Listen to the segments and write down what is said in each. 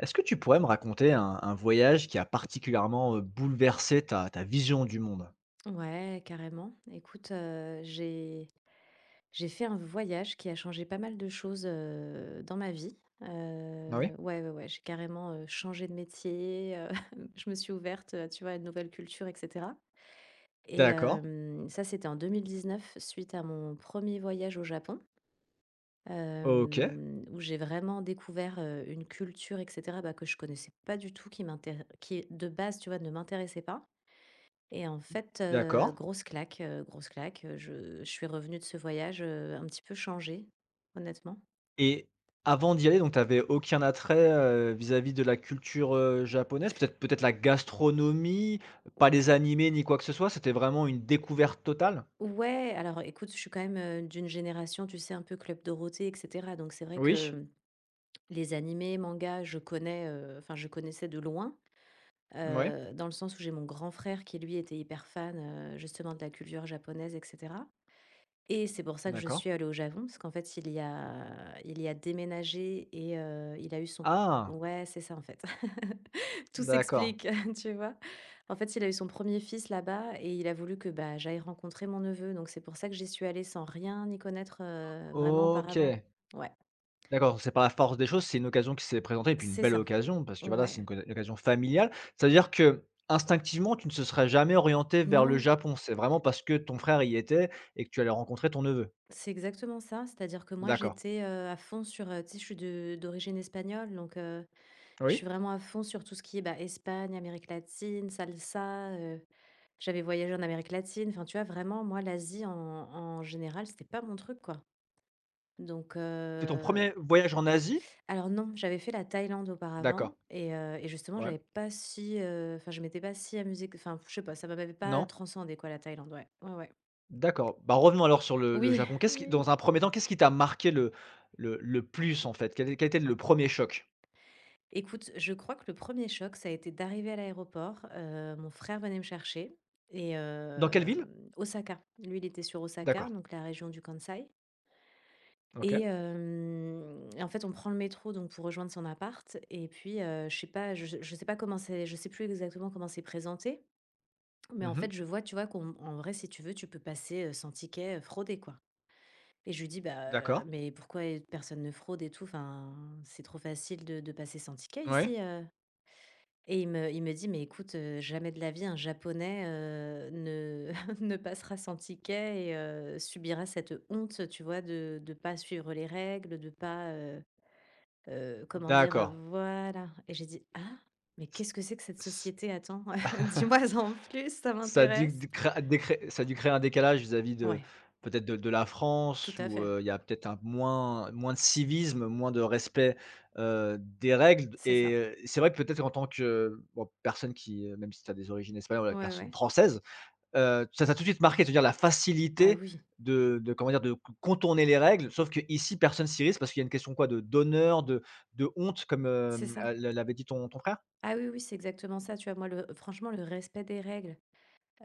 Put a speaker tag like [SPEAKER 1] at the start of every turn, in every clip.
[SPEAKER 1] Est-ce que tu pourrais me raconter un voyage qui a particulièrement bouleversé ta vision du monde?
[SPEAKER 2] Ouais, carrément. Écoute, j'ai fait un voyage qui a changé pas mal de choses, dans ma vie.
[SPEAKER 1] Ah oui?
[SPEAKER 2] Heu, ouais, ouais, ouais, j'ai carrément, changé de métier, je me suis ouverte, tu vois, à une nouvelle culture et cetera et
[SPEAKER 1] D'accord,
[SPEAKER 2] ça, c'était en 2019 suite à mon premier voyage au Japon,
[SPEAKER 1] ok,
[SPEAKER 2] où j'ai vraiment découvert, une culture et cetera, bah, que je connaissais pas du tout, qui de base, tu vois, ne m'intéressait pas et en fait,
[SPEAKER 1] d'accord.
[SPEAKER 2] grosse claque, je suis revenue de ce voyage, un petit peu changée, honnêtement.
[SPEAKER 1] Et avant d'y aller, donc tu avais aucun attrait vis-à-vis de la culture japonaise, peut-être la gastronomie, pas les
[SPEAKER 2] Ou
[SPEAKER 1] animés ni quoi que ce soit, c'était vraiment une découverte totale?
[SPEAKER 2] ouais, alors écoute, je suis quand même, d'une génération, tu sais, un peu Club Dorothée et cetera, donc c'est vrai que,
[SPEAKER 1] Oui,
[SPEAKER 2] les animés, mangas, je connais, enfin, je connaissais de loin,
[SPEAKER 1] oui,
[SPEAKER 2] dans le sens où j'ai mon grand frère qui, lui, était hyper fan, justement de la culture japonaise et cetera. Et c'est pour ça que je
[SPEAKER 1] d'accord.
[SPEAKER 2] suis allée au Japon, parce qu'en fait, il y a déménagé et il a eu son
[SPEAKER 1] Ah,
[SPEAKER 2] ouais, c'est ça, en fait. Tout
[SPEAKER 1] d'accord,
[SPEAKER 2] s'explique, tu vois? En fait, il a eu son premier fils là-bas et il a voulu que, bah, j'aille rencontrer mon neveu, donc c'est pour ça que j'y suis allée sans rien y connaître, vraiment
[SPEAKER 1] ok.
[SPEAKER 2] auparavant. Ouais,
[SPEAKER 1] D'accord, c'est par la force des choses, c'est une occasion qui s'est présentée et puis une
[SPEAKER 2] c'est
[SPEAKER 1] belle
[SPEAKER 2] ça,
[SPEAKER 1] occasion parce que, voilà, c'est
[SPEAKER 2] ouais.
[SPEAKER 1] une co une occasion familiale. C'est-à-dire que instinctivement, tu ne se serais jamais orienté vers
[SPEAKER 2] Non,
[SPEAKER 1] le Japon? C'est vraiment parce que ton frère y était et que tu allais rencontrer ton neveu?
[SPEAKER 2] c'est exactement ça, c'est-à-dire que moi,
[SPEAKER 1] D'accord.
[SPEAKER 2] j'étais, à fond sur, tu sais, je suis de d'origine espagnole, donc je
[SPEAKER 1] Oui?
[SPEAKER 2] suis vraiment à fond sur tout ce qui est, bah, Espagne, Amérique latine, salsa, j'avais voyagé en Amérique latine. Enfin, tu vois, vraiment, moi, l'Asie, en général, c'était pas mon truc, quoi. Donc,
[SPEAKER 1] C'est ton premier voyage en Asie?
[SPEAKER 2] alors non, j'avais fait la Thaïlande auparavant
[SPEAKER 1] D'accord.
[SPEAKER 2] et justement,
[SPEAKER 1] Ouais.
[SPEAKER 2] j'avais pas si, enfin, je m'étais pas si amusée que enfin, je sais pas, ça m'avait pas,
[SPEAKER 1] Non?
[SPEAKER 2] transcendée, quoi, la Thaïlande, ouais. Ouais, ouais.
[SPEAKER 1] D'accord. Bah, revenons alors sur le
[SPEAKER 2] Oui,
[SPEAKER 1] Japon. Qu'est-ce qui
[SPEAKER 2] oui.
[SPEAKER 1] dans un premier temps, qu'est-ce qui t'a marqué le plus, en fait? Quel est quel était le premier choc?
[SPEAKER 2] Écoute, je crois que le premier choc, ça a été d'arriver à l'aéroport, mon frère venait me chercher et
[SPEAKER 1] Dans quelle ville?
[SPEAKER 2] Osaka. Lui, il était sur Osaka,
[SPEAKER 1] D'accord.
[SPEAKER 2] donc la région du Kansai et
[SPEAKER 1] OK.
[SPEAKER 2] hem et en fait, on prend le métro donc pour rejoindre son appart et puis, je sais pas comment c'est je sais plus exactement comment c'est présenté, mais en
[SPEAKER 1] Mmh.
[SPEAKER 2] fait, je vois, tu vois, qu'en en vrai, si tu veux, tu peux passer, sans ticket, frauder, quoi et je lui dis: «Bah,
[SPEAKER 1] D'accord.
[SPEAKER 2] mais pourquoi personne ne fraude et tout? Enfin, c'est trop facile de passer sans ticket
[SPEAKER 1] Ouais.
[SPEAKER 2] ici.» Et il me dit: «Mais écoute, jamais de la vie un japonais, ne ne passera sans ticket et subira cette honte, tu vois, de pas suivre les règles, de pas, comment dire?
[SPEAKER 1] D'accord.
[SPEAKER 2] Voilà» et j'ai dit: «Ah, mais qu'est-ce que c'est que cette société? Attends, dis-moi en plus, ça
[SPEAKER 1] Ça a dû
[SPEAKER 2] m'intéresse».
[SPEAKER 1] d cré dé Ça a dû créer un décalage vis-à-vis de
[SPEAKER 2] Ouais,
[SPEAKER 1] peut-être de la
[SPEAKER 2] tout
[SPEAKER 1] France
[SPEAKER 2] à
[SPEAKER 1] où,
[SPEAKER 2] fait,
[SPEAKER 1] il y a peut-être un moins de civisme, moins de respect, des règles
[SPEAKER 2] c'est ça.
[SPEAKER 1] et c'est vrai que peut-être en tant que, bon, personne qui, même si tu as des origines espagnoles, voilà,
[SPEAKER 2] Ouais,
[SPEAKER 1] personne
[SPEAKER 2] ouais.
[SPEAKER 1] française, ça t'a tout de suite marqué, c'est-à-dire la
[SPEAKER 2] Ah
[SPEAKER 1] facilité
[SPEAKER 2] oui,
[SPEAKER 1] de comment dire? De co contourner les règles, sauf que ici, personne s'y risque parce qu'il y a une question quoi? De d'honneur, de honte comme,
[SPEAKER 2] c'est ça.
[SPEAKER 1] l'avait dit ton frère?
[SPEAKER 2] Ah oui, oui, c'est exactement ça, tu vois? Moi, le franchement, le respect des règles.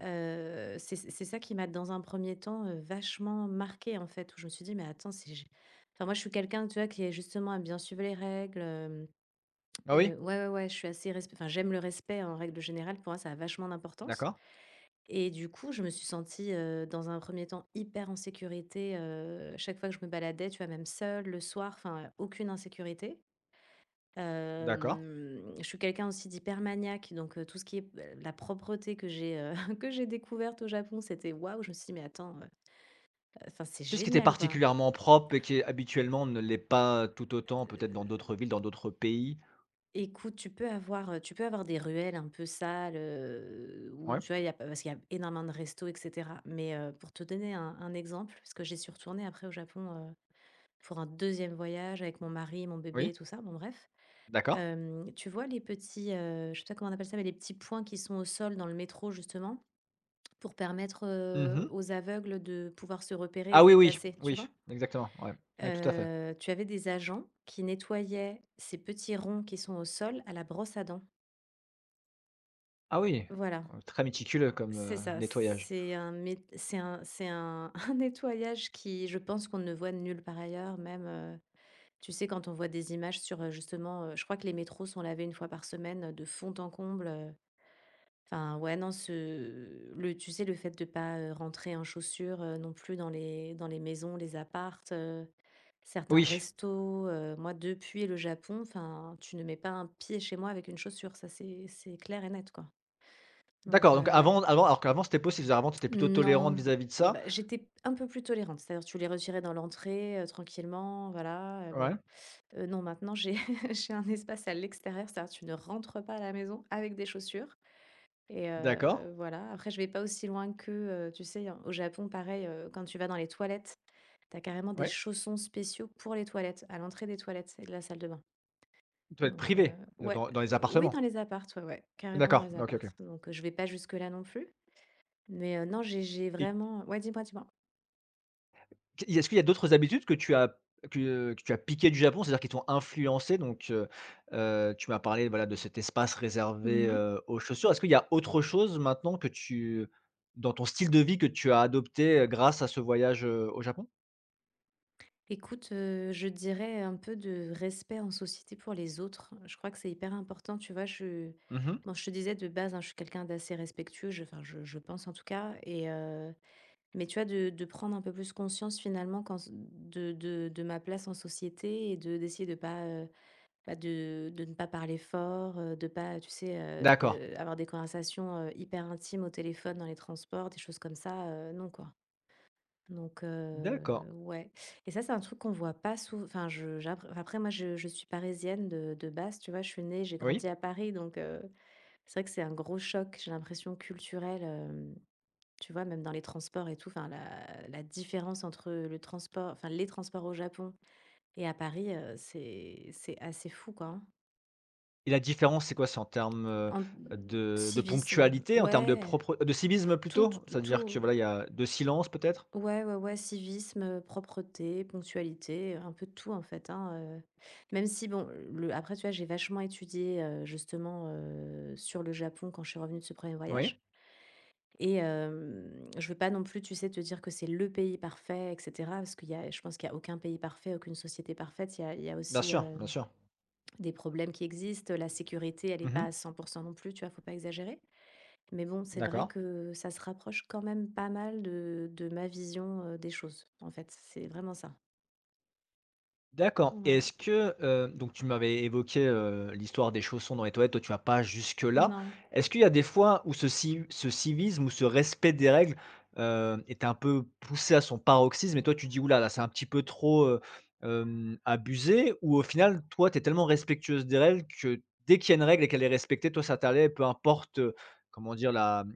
[SPEAKER 2] C'est ça qui m'a, dans un premier temps, vachement marqué en fait, où je me suis dit: «Mais attends, si j», enfin, moi, je suis quelqu'un, tu vois, qui est justement à bien suivre les règles,
[SPEAKER 1] Ah oui?
[SPEAKER 2] ouais, ouais, ouais, je suis assez resp enfin, j'aime le respect hein, en règle générale. Pour moi, ça a vachement d'importance
[SPEAKER 1] D'accord,
[SPEAKER 2] et du coup, je me suis sentie, dans un premier temps, hyper en sécurité, chaque fois que je me baladais, tu vois, même seule, le soir, enfin, aucune insécurité.
[SPEAKER 1] d'accord.
[SPEAKER 2] Je suis quelqu'un aussi d'hyper maniaque, donc tout ce qui est, la propreté que j'ai, que j'ai découverte au Japon, c'était waouh! Je me suis dit: «Mais attends, enfin c'est
[SPEAKER 1] Qu'est-ce qui était
[SPEAKER 2] génial quoi».
[SPEAKER 1] particulièrement propre et qui habituellement ne l'est pas tout autant, peut-être dans
[SPEAKER 2] Heu,
[SPEAKER 1] d'autres villes, dans d'autres pays?
[SPEAKER 2] écoute, tu peux avoir des ruelles un peu sales, où
[SPEAKER 1] Ouais,
[SPEAKER 2] tu vois, il y a parce qu'il y a énormément de restos et cetera. Mais pour te donner un exemple, parce que j'y suis retournée après au Japon, pour un deuxième voyage avec mon mari, mon bébé
[SPEAKER 1] oui,
[SPEAKER 2] et tout ça, bon bref.
[SPEAKER 1] d'accord.
[SPEAKER 2] Tu vois les petits, je sais pas comment on appelle ça, mais les petits points qui sont au sol dans le métro justement? Pour permettre,
[SPEAKER 1] Mmh.
[SPEAKER 2] aux aveugles de pouvoir se repérer et
[SPEAKER 1] Ah
[SPEAKER 2] se
[SPEAKER 1] oui, oui,
[SPEAKER 2] déplacer, tu
[SPEAKER 1] oui,
[SPEAKER 2] vois?
[SPEAKER 1] exactement, ouais, ouais, tout à fait.
[SPEAKER 2] Tu avais des agents qui nettoyaient ces petits ronds qui sont au sol à la brosse à dents.
[SPEAKER 1] Ah oui,
[SPEAKER 2] Voilà,
[SPEAKER 1] très méticuleux comme,
[SPEAKER 2] c'est ça.
[SPEAKER 1] nettoyage.
[SPEAKER 2] C'est un un nettoyage qui, je pense qu'on ne voit nulle part ailleurs, même, tu sais, quand on voit des images sur, justement, je crois que les métros sont lavés une fois par semaine, de fond en comble. Enfin, ouais, non, ce le tu sais, le fait de pas, rentrer en chaussures, non plus dans les maisons, les apparts, certains
[SPEAKER 1] Oui,
[SPEAKER 2] restos, moi, depuis le Japon, enfin, tu ne mets pas un pied chez moi avec une chaussure, ça, c'est clair et net, quoi. Donc
[SPEAKER 1] d'accord, donc
[SPEAKER 2] ouais.
[SPEAKER 1] avant alors qu'avant c'était possible, c'est-à-dire avant tu étais plutôt tolérante
[SPEAKER 2] Non,
[SPEAKER 1] vis-à-vis de ça?
[SPEAKER 2] bah, j'étais un peu plus tolérante, c'est-à-dire tu les retirais dans l'entrée, tranquillement, voilà, bon.
[SPEAKER 1] Ouais,
[SPEAKER 2] Non, maintenant, j'ai j'ai un espace à l'extérieur, c'est-à-dire tu ne rentres pas à la maison avec des chaussures. Et
[SPEAKER 1] d'accord,
[SPEAKER 2] voilà. Après, je vais pas aussi loin que tu sais, hein, au Japon, pareil, quand tu vas dans les toilettes, tu as carrément des
[SPEAKER 1] ouais,
[SPEAKER 2] chaussons spéciaux pour les toilettes, à l'entrée des toilettes et de la salle de bain.
[SPEAKER 1] toilettes
[SPEAKER 2] Donc
[SPEAKER 1] privées?
[SPEAKER 2] ouais,
[SPEAKER 1] Dans dans les
[SPEAKER 2] oui, dans
[SPEAKER 1] appartements?
[SPEAKER 2] les apparts, ouais, ouais, carrément dans
[SPEAKER 1] D'accord,
[SPEAKER 2] les
[SPEAKER 1] OK,
[SPEAKER 2] apparts.
[SPEAKER 1] OK.
[SPEAKER 2] Donc je vais pas jusque-là non plus. Mais non, j'ai
[SPEAKER 1] Et
[SPEAKER 2] vraiment ouais, dis-moi, dis-moi?
[SPEAKER 1] est-ce qu'il y a d'autres habitudes que tu as que tu as piquées du Japon? C'est-à-dire qui t'ont influencé donc tu m'as parlé, voilà, de cet espace réservé,
[SPEAKER 2] Mmh.
[SPEAKER 1] aux chaussures. Est-ce qu'il y a autre chose maintenant que tu dans ton style de vie que tu as adopté, grâce à ce voyage, au Japon?
[SPEAKER 2] Écoute, je dirais un peu de respect en société pour les autres. Je crois que c'est hyper important, tu vois? Je
[SPEAKER 1] Mmh.
[SPEAKER 2] bon, je te disais de base, hein, je suis quelqu'un d'assez respectueux, je enfin, je pense en tout cas. Et Mais tu vois, de prendre un peu plus conscience finalement quand de ma place en société et de d'essayer de pas, bah, de ne pas parler fort, de pas, tu sais,
[SPEAKER 1] D'accord,
[SPEAKER 2] de avoir des conversations, hyper intimes au téléphone, dans les transports, des choses comme ça, non, quoi. Donc
[SPEAKER 1] d'accord.
[SPEAKER 2] ouais et ça, c'est un truc qu'on voit pas souvent. Enfin, je j'appr enfin, après moi, je suis parisienne de base, tu vois? Je suis née, j'ai grandi
[SPEAKER 1] Oui
[SPEAKER 2] à Paris donc c'est vrai que c'est un gros choc, j'ai l'impression, culturelle. euh, Tu vois, même dans les transports et tout, enfin la différence entre le transport enfin les transports au Japon et à Paris, c'est assez fou, quoi, hein.
[SPEAKER 1] et la différence, c'est quoi? C'est en termes,
[SPEAKER 2] En
[SPEAKER 1] de
[SPEAKER 2] civisme,
[SPEAKER 1] ponctualité, en termes de
[SPEAKER 2] ouais,
[SPEAKER 1] propre de civisme
[SPEAKER 2] tout,
[SPEAKER 1] plutôt?
[SPEAKER 2] t
[SPEAKER 1] C'est-à-dire que voilà,
[SPEAKER 2] tout
[SPEAKER 1] il y a de silence peut-être?
[SPEAKER 2] ouais, ouais, ouais, civisme, propreté, ponctualité, un peu de tout, en fait, hein, même si bon, le après, tu vois, j'ai vachement étudié, justement, sur le Japon quand je suis revenue de ce premier
[SPEAKER 1] Oui,
[SPEAKER 2] voyage. Et je veux pas non plus, tu sais, te dire que c'est le pays parfait et cetera, parce qu'il y a je pense qu'il y a aucun pays parfait, aucune société parfaite. Il y a
[SPEAKER 1] bien
[SPEAKER 2] aussi,
[SPEAKER 1] sûr, bien sûr.
[SPEAKER 2] des problèmes qui existent. La sécurité, elle est pas
[SPEAKER 1] Mmh.
[SPEAKER 2] à 100% non plus, tu vois? Faut pas exagérer. Mais bon, c'est vrai
[SPEAKER 1] D'accord.
[SPEAKER 2] que ça se rapproche quand même pas mal de ma vision, des choses, en fait. C'est vraiment ça.
[SPEAKER 1] D'accord. Et
[SPEAKER 2] Ouais.
[SPEAKER 1] est-ce que, donc tu m'avais évoqué, l'histoire des chaussons dans les toilettes, toi tu vas pas jusque-là.
[SPEAKER 2] Non.
[SPEAKER 1] Est-ce qu'il y a des fois où ce civisme ou ce respect des règles, est un peu poussé à son paroxysme et toi tu dis: «Ouh là c'est un petit peu trop, abusé» ou au final, toi, tu es tellement respectueuse des règles que dès qu'il y a une règle et qu'elle est respectée, toi ça t'allait, peu importe, comment dire? La,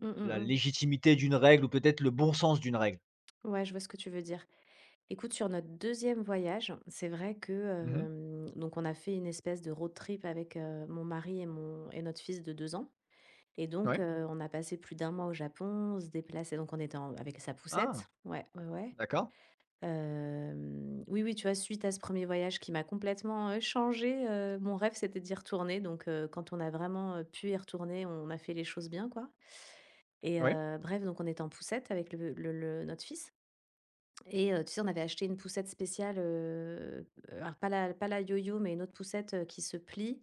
[SPEAKER 2] Mmh, mmh
[SPEAKER 1] la
[SPEAKER 2] mh.
[SPEAKER 1] légitimité d'une règle ou peut-être le bon sens d'une règle?
[SPEAKER 2] Ouais, je vois ce que tu veux dire. Écoute, sur notre deuxième voyage, c'est vrai que,
[SPEAKER 1] Mmh.
[SPEAKER 2] donc on a fait une espèce de road trip avec, mon mari et mon et notre fils de 2 ans et donc
[SPEAKER 1] Ouais.
[SPEAKER 2] on a passé plus d'un mois au Japon, on se déplaçait donc on était en avec sa
[SPEAKER 1] Ah!
[SPEAKER 2] poussette. Ouais, ouais, ouais.
[SPEAKER 1] D'accord.
[SPEAKER 2] Oui, oui, tu vois, suite à ce premier voyage qui m'a complètement, changée, mon rêve, c'était d'y retourner donc quand on a vraiment, pu y retourner, on a fait les choses bien, quoi et
[SPEAKER 1] Oui.
[SPEAKER 2] bref, donc on était en poussette avec le notre fils et tu sais, on avait acheté une poussette spéciale, alors pas la yo-yo, mais une autre poussette, qui se plie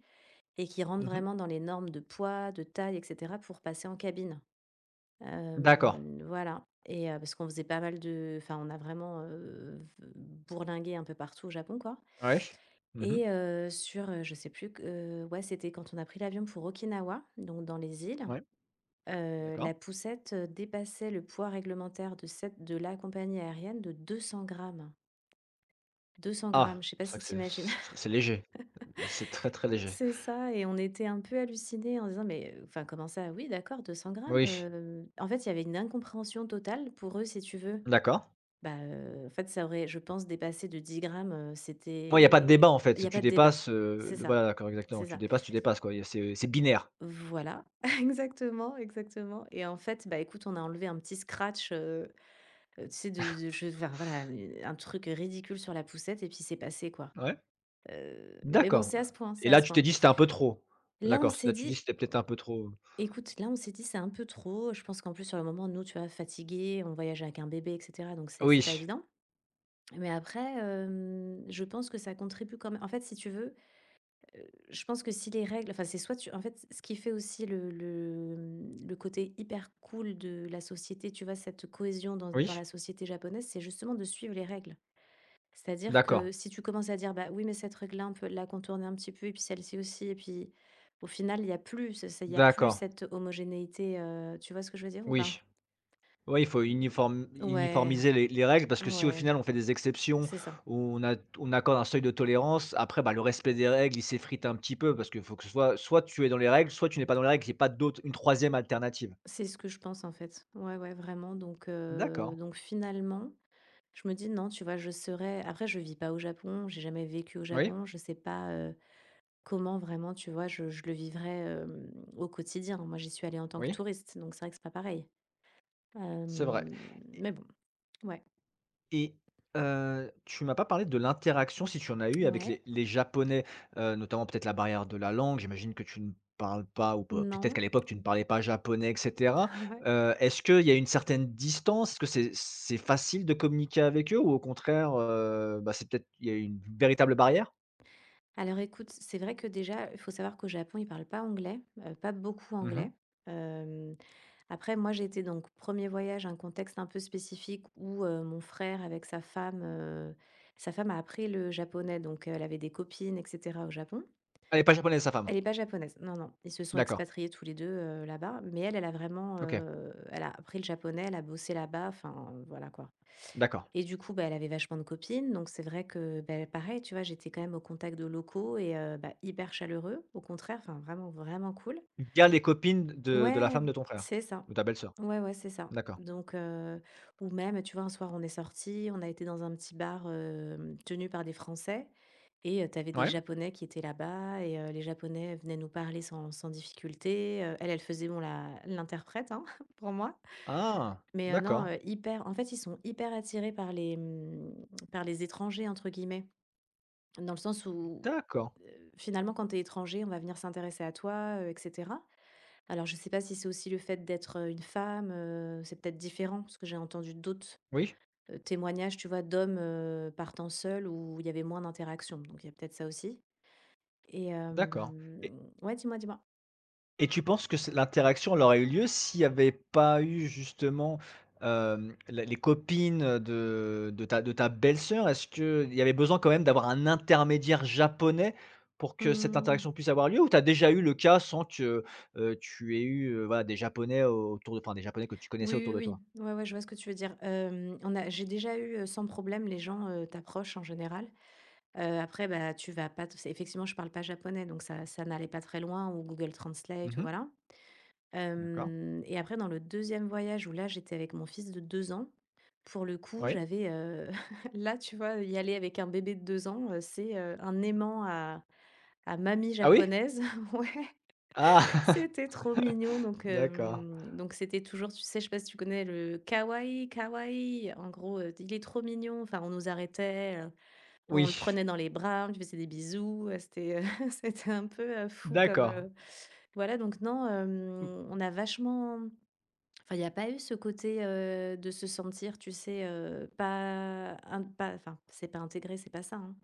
[SPEAKER 2] et qui rentre
[SPEAKER 1] Mmh.
[SPEAKER 2] vraiment dans les normes de poids, de taille et cetera pour passer en cabine.
[SPEAKER 1] D'accord.
[SPEAKER 2] Voilà. Et parce qu'on faisait pas mal de, enfin, on a vraiment, v bourlingué un peu partout au Japon, quoi.
[SPEAKER 1] Ouais. Mmh.
[SPEAKER 2] Et je sais plus, q ouais, c'était quand on a pris l'avion pour Okinawa, donc dans les îles.
[SPEAKER 1] Ouais,
[SPEAKER 2] La
[SPEAKER 1] d'accord.
[SPEAKER 2] poussette dépassait le poids réglementaire de cette de la compagnie aérienne de 200 grammes. 200 grammes,
[SPEAKER 1] Ah!
[SPEAKER 2] je sais pas
[SPEAKER 1] C'est vrai
[SPEAKER 2] si
[SPEAKER 1] que
[SPEAKER 2] tu imagines.
[SPEAKER 1] c'est léger. C'est très, très léger.
[SPEAKER 2] C'est ça, et on était un peu hallucinés en disant: «Mais, enfin, comment ça? Oui, d'accord, 200 grammes».
[SPEAKER 1] Oui,
[SPEAKER 2] En fait, il y avait une incompréhension totale pour eux, si tu veux.
[SPEAKER 1] d'accord.
[SPEAKER 2] Bah, en fait, ça aurait, je pense, dépassé de 10 grammes,
[SPEAKER 1] Moi, il y a pas de
[SPEAKER 2] c'était
[SPEAKER 1] débat en
[SPEAKER 2] Il y
[SPEAKER 1] fait,
[SPEAKER 2] a
[SPEAKER 1] tu
[SPEAKER 2] pas de débat.
[SPEAKER 1] dépasses,
[SPEAKER 2] C'est
[SPEAKER 1] le
[SPEAKER 2] ça,
[SPEAKER 1] voilà, d'accord,
[SPEAKER 2] c'est
[SPEAKER 1] exactement,
[SPEAKER 2] ça.
[SPEAKER 1] tu dépasses quoi, y a c'est binaire.
[SPEAKER 2] Voilà, exactement, exactement, et en fait, bah, écoute, on a enlevé un petit scratch, tu sais, de je enfin, voilà, un truc ridicule sur la poussette, et puis c'est passé, quoi.
[SPEAKER 1] Ouais,
[SPEAKER 2] Mais bon,
[SPEAKER 1] d'accord.
[SPEAKER 2] c'est à ce point,
[SPEAKER 1] Et
[SPEAKER 2] c'est à
[SPEAKER 1] là,
[SPEAKER 2] ce
[SPEAKER 1] tu t'es
[SPEAKER 2] point.
[SPEAKER 1] dit: «C'était un peu trop».
[SPEAKER 2] Là, on
[SPEAKER 1] D'accord,
[SPEAKER 2] s'est
[SPEAKER 1] là, tu dis:
[SPEAKER 2] dit:
[SPEAKER 1] «C'était peut-être un peu trop».
[SPEAKER 2] écoute, là, on s'est dit: «C'est un peu trop». Je pense qu'en plus, sur le moment, nous, tu vois, fatigués, on voyage avec un bébé et cetera, donc c'est
[SPEAKER 1] Oui,
[SPEAKER 2] c'est pas évident. Mais après, je pense que ça contribue quand même, en fait, si tu veux. Je pense que si les règles, enfin, c'est soit tu, en fait, ce qui fait aussi le côté hyper cool de la société, tu vois, cette cohésion dans
[SPEAKER 1] oui,
[SPEAKER 2] la société japonaise, c'est justement de suivre les règles. C'est-à-dire que
[SPEAKER 1] d'accord,
[SPEAKER 2] si tu commences à dire: «Bah, oui, mais cette règle-là, on peut la contourner un petit peu, et puis celle-ci aussi», et puis au final, il y a plus
[SPEAKER 1] d'accord,
[SPEAKER 2] cette homogénéité, tu vois ce que je veux dire ou pas?
[SPEAKER 1] oui. Ouais, il faut
[SPEAKER 2] Mmh, ouais,
[SPEAKER 1] uniformiser les règles parce que si au
[SPEAKER 2] ouais,
[SPEAKER 1] final on fait des exceptions,
[SPEAKER 2] c'est ça.
[SPEAKER 1] on accorde un seuil de tolérance, après, bah, le respect des règles, il s'effrite un petit peu parce qu'il faut que ce soit soit tu es dans les règles, soit tu n'es pas dans les règles, il n'y a pas d'autre une troisième alternative.
[SPEAKER 2] C'est ce que je pense, en fait. Ouais, ouais, vraiment. Donc
[SPEAKER 1] D'accord.
[SPEAKER 2] finalement, je me dis: «Non», tu vois? Je serais après Je vis pas au Japon, j'ai jamais vécu au
[SPEAKER 1] Oui,
[SPEAKER 2] Japon, je sais pas, comment vraiment, tu vois? Je le vivrais au quotidien. Moi, j'y suis allée en tant que
[SPEAKER 1] oui,
[SPEAKER 2] touriste, donc c'est vrai que c'est pas pareil.
[SPEAKER 1] c'est vrai.
[SPEAKER 2] Hem, mais bon. Ouais,
[SPEAKER 1] Et tu m'as pas parlé de l'interaction, si tu en as eu avec
[SPEAKER 2] ouais,
[SPEAKER 1] les Japonais, notamment peut-être la barrière de la langue. J'imagine que tu ne parles pas ou peu peut-être
[SPEAKER 2] non,
[SPEAKER 1] qu'à l'époque tu ne parlais pas japonais et cetera.
[SPEAKER 2] ouais.
[SPEAKER 1] Est-ce qu'il y a une certaine distance? Est-ce que c'est facile de communiquer avec eux ou au contraire, bah, c'est peut-être il y a une véritable barrière?
[SPEAKER 2] Alors écoute, c'est vrai que déjà, il faut savoir qu'au Japon, ils parlent pas anglais, pas beaucoup
[SPEAKER 1] Mmh.
[SPEAKER 2] anglais. Euh, après, moi, j'ai été, donc premier voyage, un contexte un peu spécifique où mon frère avec sa femme, sa femme a appris le japonais, donc elle avait des copines, etc. au Japon.
[SPEAKER 1] Elle est pas japonaise sa femme?
[SPEAKER 2] Elle n'est pas japonaise, non, non. Ils se sont
[SPEAKER 1] D'accord.
[SPEAKER 2] expatriés tous les deux, là-bas, mais elle, elle a vraiment,
[SPEAKER 1] OK.
[SPEAKER 2] elle a appris le japonais, elle a bossé là-bas, enfin voilà, quoi.
[SPEAKER 1] D'accord.
[SPEAKER 2] Et du coup, bah, elle avait vachement de copines, donc c'est vrai que, bah, pareil, tu vois, j'étais quand même au contact de locaux, et bah, hyper chaleureux, au contraire, enfin vraiment, vraiment cool.
[SPEAKER 1] Via les copines de la
[SPEAKER 2] Ouais,
[SPEAKER 1] femme de ton frère?
[SPEAKER 2] c'est ça.
[SPEAKER 1] De ta belle-sœur?
[SPEAKER 2] Ouais, ouais, c'est ça.
[SPEAKER 1] D'accord.
[SPEAKER 2] Donc ou même, tu vois, un soir, on est sortis, on a été dans un petit bar, tenu par des Français, et tu avais des
[SPEAKER 1] Ouais.
[SPEAKER 2] Japonais qui étaient là-bas, et les Japonais venaient nous parler sans difficulté, elle, elle faisait, bon, la l'interprète, hein, pour moi,
[SPEAKER 1] Ah!
[SPEAKER 2] mais non,
[SPEAKER 1] D'accord.
[SPEAKER 2] hyper en fait, ils sont hyper attirés par par les «étrangers» entre guillemets. Dans le sens où,
[SPEAKER 1] D'accord.
[SPEAKER 2] finalement, quand tu es étranger, on va venir s'intéresser à toi et cetera. Alors je sais pas si c'est aussi le fait d'être, une femme, c'est peut-être différent parce que j'ai entendu d'autres,
[SPEAKER 1] Oui.
[SPEAKER 2] témoignages, tu vois, d'hommes, partant seuls, où il y avait moins d'interaction, donc il y a peut-être ça aussi, et
[SPEAKER 1] D'accord et
[SPEAKER 2] ouais, dis-moi, dis-moi?
[SPEAKER 1] et tu penses que c l'interaction, elle aurait eu lieu s'il n'y avait pas eu justement, la les copines, de ta belle-sœur? Est-ce qu'il y avait besoin quand même d'avoir un intermédiaire japonais pour que cette
[SPEAKER 2] Mmh,
[SPEAKER 1] interaction puisse avoir lieu? Ou tu as déjà eu le cas sans que, tu aies eu, voilà, des japonais au autour de enfin, des japonais que tu connaissais
[SPEAKER 2] oui,
[SPEAKER 1] autour de
[SPEAKER 2] oui,
[SPEAKER 1] toi?
[SPEAKER 2] oui. Ouais, ouais, je vois ce que tu veux dire. Hem, on a J'ai déjà eu sans problème, les gens t'approchent en général. Après, bah, tu vas pas te c'est effectivement, je parle pas japonais, donc ça n'allait pas très loin, ou Google Translate, ou
[SPEAKER 1] Mmh.
[SPEAKER 2] voilà.
[SPEAKER 1] D'accord.
[SPEAKER 2] Hem et après, dans le deuxième voyage où là, j'étais avec mon fils de 2 ans, pour le coup,
[SPEAKER 1] Oui.
[SPEAKER 2] j'avais, là, tu vois, y aller avec un bébé de 2 ans, c'est, un aimant à mamie
[SPEAKER 1] Ah oui?
[SPEAKER 2] japonaise. Ouais,
[SPEAKER 1] Ah!
[SPEAKER 2] c'était trop mignon, donc
[SPEAKER 1] D'accord.
[SPEAKER 2] c'était toujours, tu sais, je sais pas si tu connais le «kawaii, kawaii», en gros, il est trop mignon, enfin on nous arrêtait, on le
[SPEAKER 1] Oui.
[SPEAKER 2] prenait dans les bras, on lui faisait des bisous, c'était un peu, fou comme,
[SPEAKER 1] D'accord.
[SPEAKER 2] heu voilà. Donc non, on a vachement, enfin, il y a pas eu ce côté, de se sentir, tu sais, pas in, pas, enfin, c'est pas intégré, c'est pas ça, hein,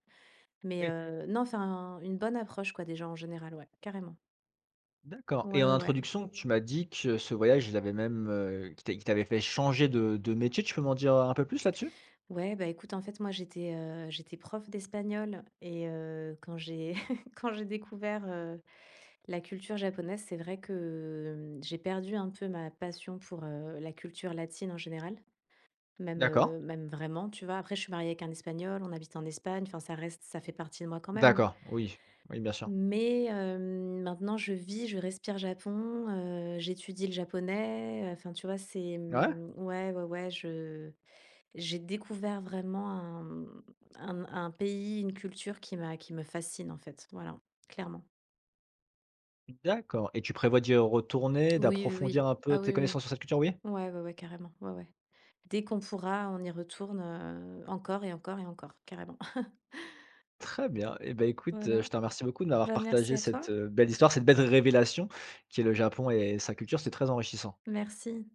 [SPEAKER 2] mais
[SPEAKER 1] Oui.
[SPEAKER 2] non, enfin, une bonne approche, quoi, déjà en général, ouais, carrément.
[SPEAKER 1] D'accord
[SPEAKER 2] Ouais,
[SPEAKER 1] et en
[SPEAKER 2] ouais, ouais.
[SPEAKER 1] introduction, tu m'as dit que ce voyage, il avait même, qui t'avait fait changer de métier. Tu peux m'en dire un peu plus là-dessus?
[SPEAKER 2] Ouais, bah, écoute, en fait, moi j'étais prof d'espagnol, et quand j'ai quand j'ai découvert la culture japonaise, c'est vrai que j'ai perdu un peu ma passion pour, la culture latine en général, même,
[SPEAKER 1] D'accord,
[SPEAKER 2] heu, même vraiment, tu vois? Après, je suis mariée avec un espagnol, on habite en Espagne, enfin ça fait partie de moi quand même.
[SPEAKER 1] d'accord, oui, oui, bien sûr.
[SPEAKER 2] Mais, maintenant je vis, je respire Japon, j'étudie le japonais, enfin tu vois?
[SPEAKER 1] Ouais?
[SPEAKER 2] Ouais, ouais, ouais, je j'ai découvert vraiment un, mmh, un pays, une culture qui me fascine, en fait, voilà, clairement.
[SPEAKER 1] D'accord et tu prévois d'y retourner,
[SPEAKER 2] Oui, oui,
[SPEAKER 1] d'approfondir
[SPEAKER 2] oui.
[SPEAKER 1] un
[SPEAKER 2] Ah
[SPEAKER 1] peu tes
[SPEAKER 2] oui, oui.
[SPEAKER 1] connaissances sur cette culture, oui?
[SPEAKER 2] Ouais, ouais, ouais, carrément. Ouais, ouais. Dès qu'on pourra, on y retourne, encore et encore et encore, carrément.
[SPEAKER 1] Très bien et ben écoute,
[SPEAKER 2] Voilà.
[SPEAKER 1] je te remercie beaucoup de m'avoir
[SPEAKER 2] Bah, merci
[SPEAKER 1] partagé
[SPEAKER 2] à toi.
[SPEAKER 1] cette, belle histoire, cette belle révélation qui est le Japon et sa culture. C'est très enrichissant.
[SPEAKER 2] Merci.